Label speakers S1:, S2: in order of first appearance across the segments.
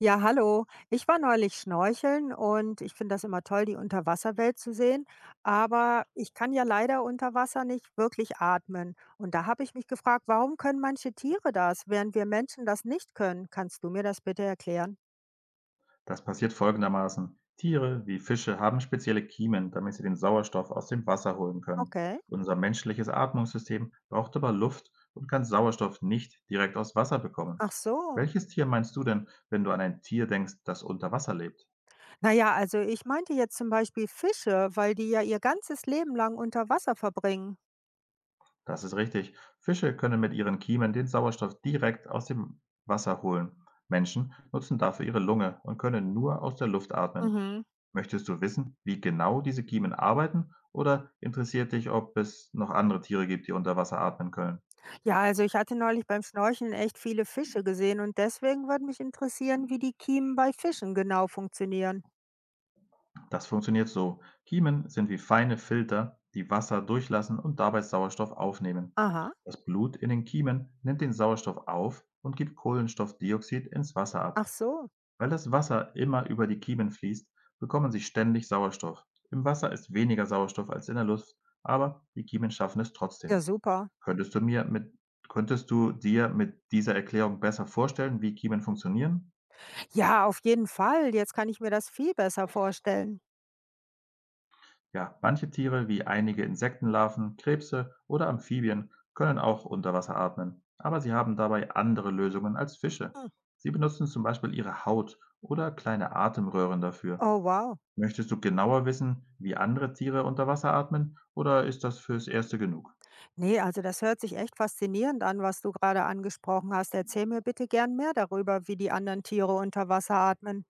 S1: Ja, hallo. Ich war neulich schnorcheln und ich finde das immer toll, die Unterwasserwelt zu sehen. Aber ich kann ja leider unter Wasser nicht wirklich atmen. Und da habe ich mich gefragt, warum können manche Tiere das, während wir Menschen das nicht können? Kannst du mir das bitte erklären?
S2: Das passiert folgendermaßen: Tiere wie Fische haben spezielle Kiemen, damit sie den Sauerstoff aus dem Wasser holen können.
S1: Okay.
S2: Unser menschliches Atmungssystem braucht aber Luft und kann Sauerstoff nicht direkt aus Wasser bekommen.
S1: Ach so.
S2: Welches Tier meinst du denn, wenn du an ein Tier denkst, das unter Wasser lebt?
S1: Naja, also ich meinte jetzt zum Beispiel Fische, weil die ja ihr ganzes Leben lang unter Wasser verbringen.
S2: Das ist richtig. Fische können mit ihren Kiemen den Sauerstoff direkt aus dem Wasser holen. Menschen nutzen dafür ihre Lunge und können nur aus der Luft atmen.
S1: Mhm.
S2: Möchtest du wissen, wie genau diese Kiemen arbeiten oder interessiert dich, ob es noch andere Tiere gibt, die unter Wasser atmen können?
S1: Ja, also ich hatte neulich beim Schnorcheln echt viele Fische gesehen und deswegen würde mich interessieren, wie die Kiemen bei Fischen genau funktionieren.
S2: Das funktioniert so. Kiemen sind wie feine Filter, die Wasser durchlassen und dabei Sauerstoff aufnehmen.
S1: Aha,
S2: Das Blut in den Kiemen nimmt den Sauerstoff auf und gibt Kohlenstoffdioxid ins Wasser ab.
S1: ach so.
S2: Weil das Wasser immer über die Kiemen fließt, bekommen sie ständig Sauerstoff. Im Wasser ist weniger Sauerstoff als in der Luft, aber die Kiemen schaffen es
S1: Ja,
S2: trotzdem.
S1: super.
S2: Könntest du mir mit Könntest du dir mit dieser Erklärung besser vorstellen, wie Kiemen funktionieren?
S1: Ja, auf jeden Fall. Jetzt kann ich mir das viel besser vorstellen.
S2: Ja, manche Tiere, wie einige Insektenlarven, Krebse oder Amphibien, können auch unter Wasser atmen, aber sie haben dabei andere Lösungen als Fische.
S1: Hm.
S2: Sie benutzen zum Beispiel ihre Haut oder kleine Atemröhren dafür.
S1: Oh, wow.
S2: Möchtest du genauer wissen, wie andere Tiere unter Wasser atmen, oder ist das fürs Erste genug?
S1: Nee, also das hört sich echt faszinierend an, was du gerade angesprochen hast. Erzähl mir bitte gern mehr darüber, wie die anderen Tiere unter Wasser atmen.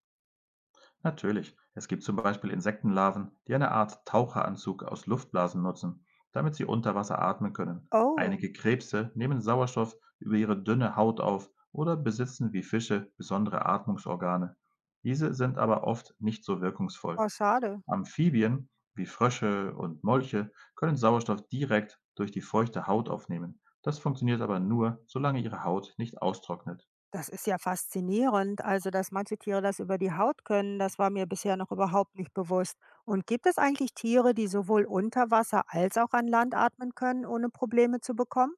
S2: Natürlich. Es gibt zum Beispiel Insektenlarven, die eine Art Taucheranzug aus Luftblasen nutzen, damit sie unter Wasser atmen können.
S1: Oh,
S2: Einige Krebse nehmen Sauerstoff über ihre dünne Haut auf oder besitzen wie Fische besondere Atmungsorgane. Diese sind aber oft nicht so wirkungsvoll.
S1: oh, schade.
S2: Amphibien wie Frösche und Molche können Sauerstoff direkt durch die feuchte Haut aufnehmen. Das funktioniert aber nur, solange ihre Haut nicht austrocknet.
S1: Das ist ja faszinierend, also dass manche Tiere das über die Haut können, das war mir bisher noch überhaupt nicht bewusst. Und gibt es eigentlich Tiere, die sowohl unter Wasser als auch an Land atmen können, ohne Probleme zu bekommen?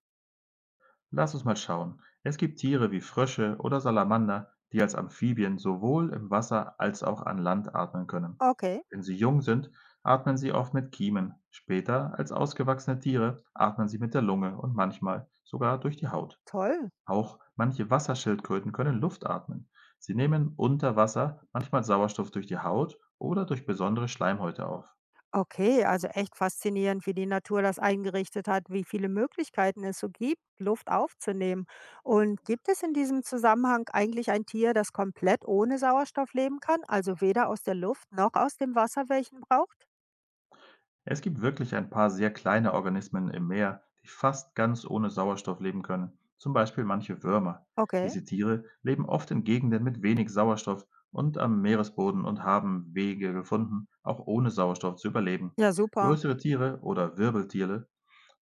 S2: Lass uns mal schauen. Es gibt Tiere wie Frösche oder Salamander, die als Amphibien sowohl im Wasser als auch an Land atmen können.
S1: Okay,
S2: Wenn sie jung sind, atmen sie oft mit Kiemen. Später, als ausgewachsene Tiere, atmen sie mit der Lunge und manchmal sogar durch die Haut.
S1: toll.
S2: Auch manche Wasserschildkröten können Luft atmen. Sie nehmen unter Wasser manchmal Sauerstoff durch die Haut oder durch besondere Schleimhäute auf.
S1: Okay, also echt faszinierend, wie die Natur das eingerichtet hat, wie viele Möglichkeiten es so gibt, Luft aufzunehmen. Und gibt es in diesem Zusammenhang eigentlich ein Tier, das komplett ohne Sauerstoff leben kann, also weder aus der Luft noch aus dem Wasser welchen braucht?
S2: Es gibt wirklich ein paar sehr kleine Organismen im Meer, die fast ganz ohne Sauerstoff leben können, zum Beispiel manche Würmer.
S1: Okay,
S2: Diese Tiere leben oft in Gegenden mit wenig Sauerstoff und am Meeresboden und haben Wege gefunden, auch ohne Sauerstoff zu überleben.
S1: ja super.
S2: Größere Tiere oder Wirbeltiere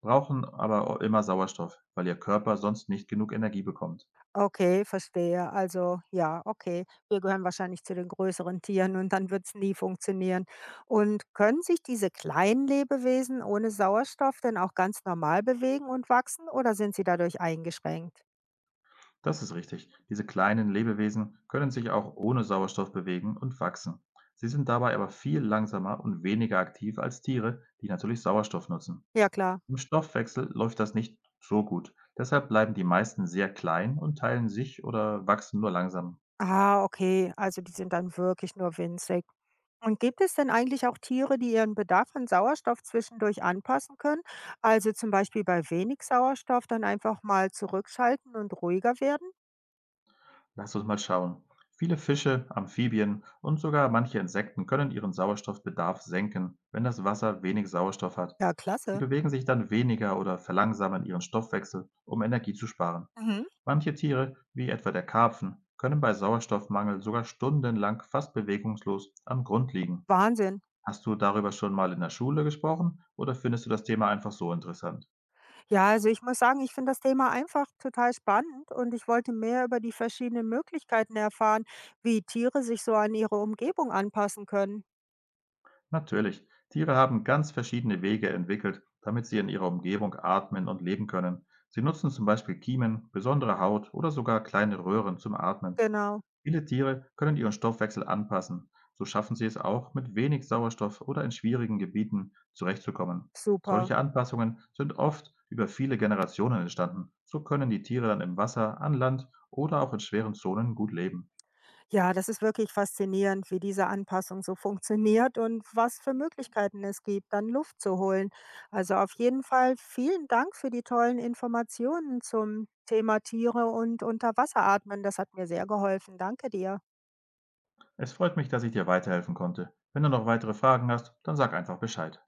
S2: brauchen aber immer Sauerstoff, weil ihr Körper sonst nicht genug Energie bekommt.
S1: Okay, verstehe. Also ja, okay. Wir gehören wahrscheinlich zu den größeren Tieren und dann wird's nie funktionieren. Und können sich diese kleinen Lebewesen ohne Sauerstoff denn auch ganz normal bewegen und wachsen oder sind sie dadurch eingeschränkt?
S2: Das ist richtig. Diese kleinen Lebewesen können sich auch ohne Sauerstoff bewegen und wachsen. Sie sind dabei aber viel langsamer und weniger aktiv als Tiere, die natürlich Sauerstoff nutzen.
S1: Ja, klar.
S2: Im Stoffwechsel läuft das nicht so gut. Deshalb bleiben die meisten sehr klein und teilen sich oder wachsen nur langsam.
S1: Ah, okay. Also die sind dann wirklich nur winzig. Und gibt es denn eigentlich auch Tiere, die ihren Bedarf an Sauerstoff zwischendurch anpassen können? Also zum Beispiel bei wenig Sauerstoff dann einfach mal zurückschalten und ruhiger werden?
S2: Lass uns mal schauen. Viele Fische, Amphibien und sogar manche Insekten können ihren Sauerstoffbedarf senken, wenn das Wasser wenig Sauerstoff hat.
S1: Ja,
S2: Sie
S1: klasse.
S2: bewegen sich dann weniger oder verlangsamen ihren Stoffwechsel, um Energie zu sparen.
S1: Mhm.
S2: Manche Tiere, wie etwa der Karpfen, können bei Sauerstoffmangel sogar stundenlang fast bewegungslos am Grund liegen.
S1: Wahnsinn.
S2: Hast du darüber schon mal in der Schule gesprochen oder findest du das Thema einfach so interessant?
S1: Ja, also ich muss sagen, ich finde das Thema einfach total spannend und ich wollte mehr über die verschiedenen Möglichkeiten erfahren, wie Tiere sich so an ihre Umgebung anpassen können.
S2: Natürlich, Tiere haben ganz verschiedene Wege entwickelt, damit sie in ihrer Umgebung atmen und leben können. Sie nutzen zum Beispiel Kiemen, besondere Haut oder sogar kleine Röhren zum Atmen.
S1: Genau,
S2: Viele Tiere können ihren Stoffwechsel anpassen. So schaffen sie es auch, mit wenig Sauerstoff oder in schwierigen Gebieten zurechtzukommen.
S1: super.
S2: Solche Anpassungen sind oft über viele Generationen entstanden. So können die Tiere dann im Wasser, an Land oder auch in schweren Zonen gut leben.
S1: Ja, das ist wirklich faszinierend, wie diese Anpassung so funktioniert und was für Möglichkeiten es gibt, dann Luft zu holen. Also auf jeden Fall vielen Dank für die tollen Informationen zum Thema Tiere und Unterwasseratmen. Das hat mir sehr geholfen. Danke dir.
S2: Es freut mich, dass ich dir weiterhelfen konnte. Wenn du noch weitere Fragen hast, dann sag einfach Bescheid.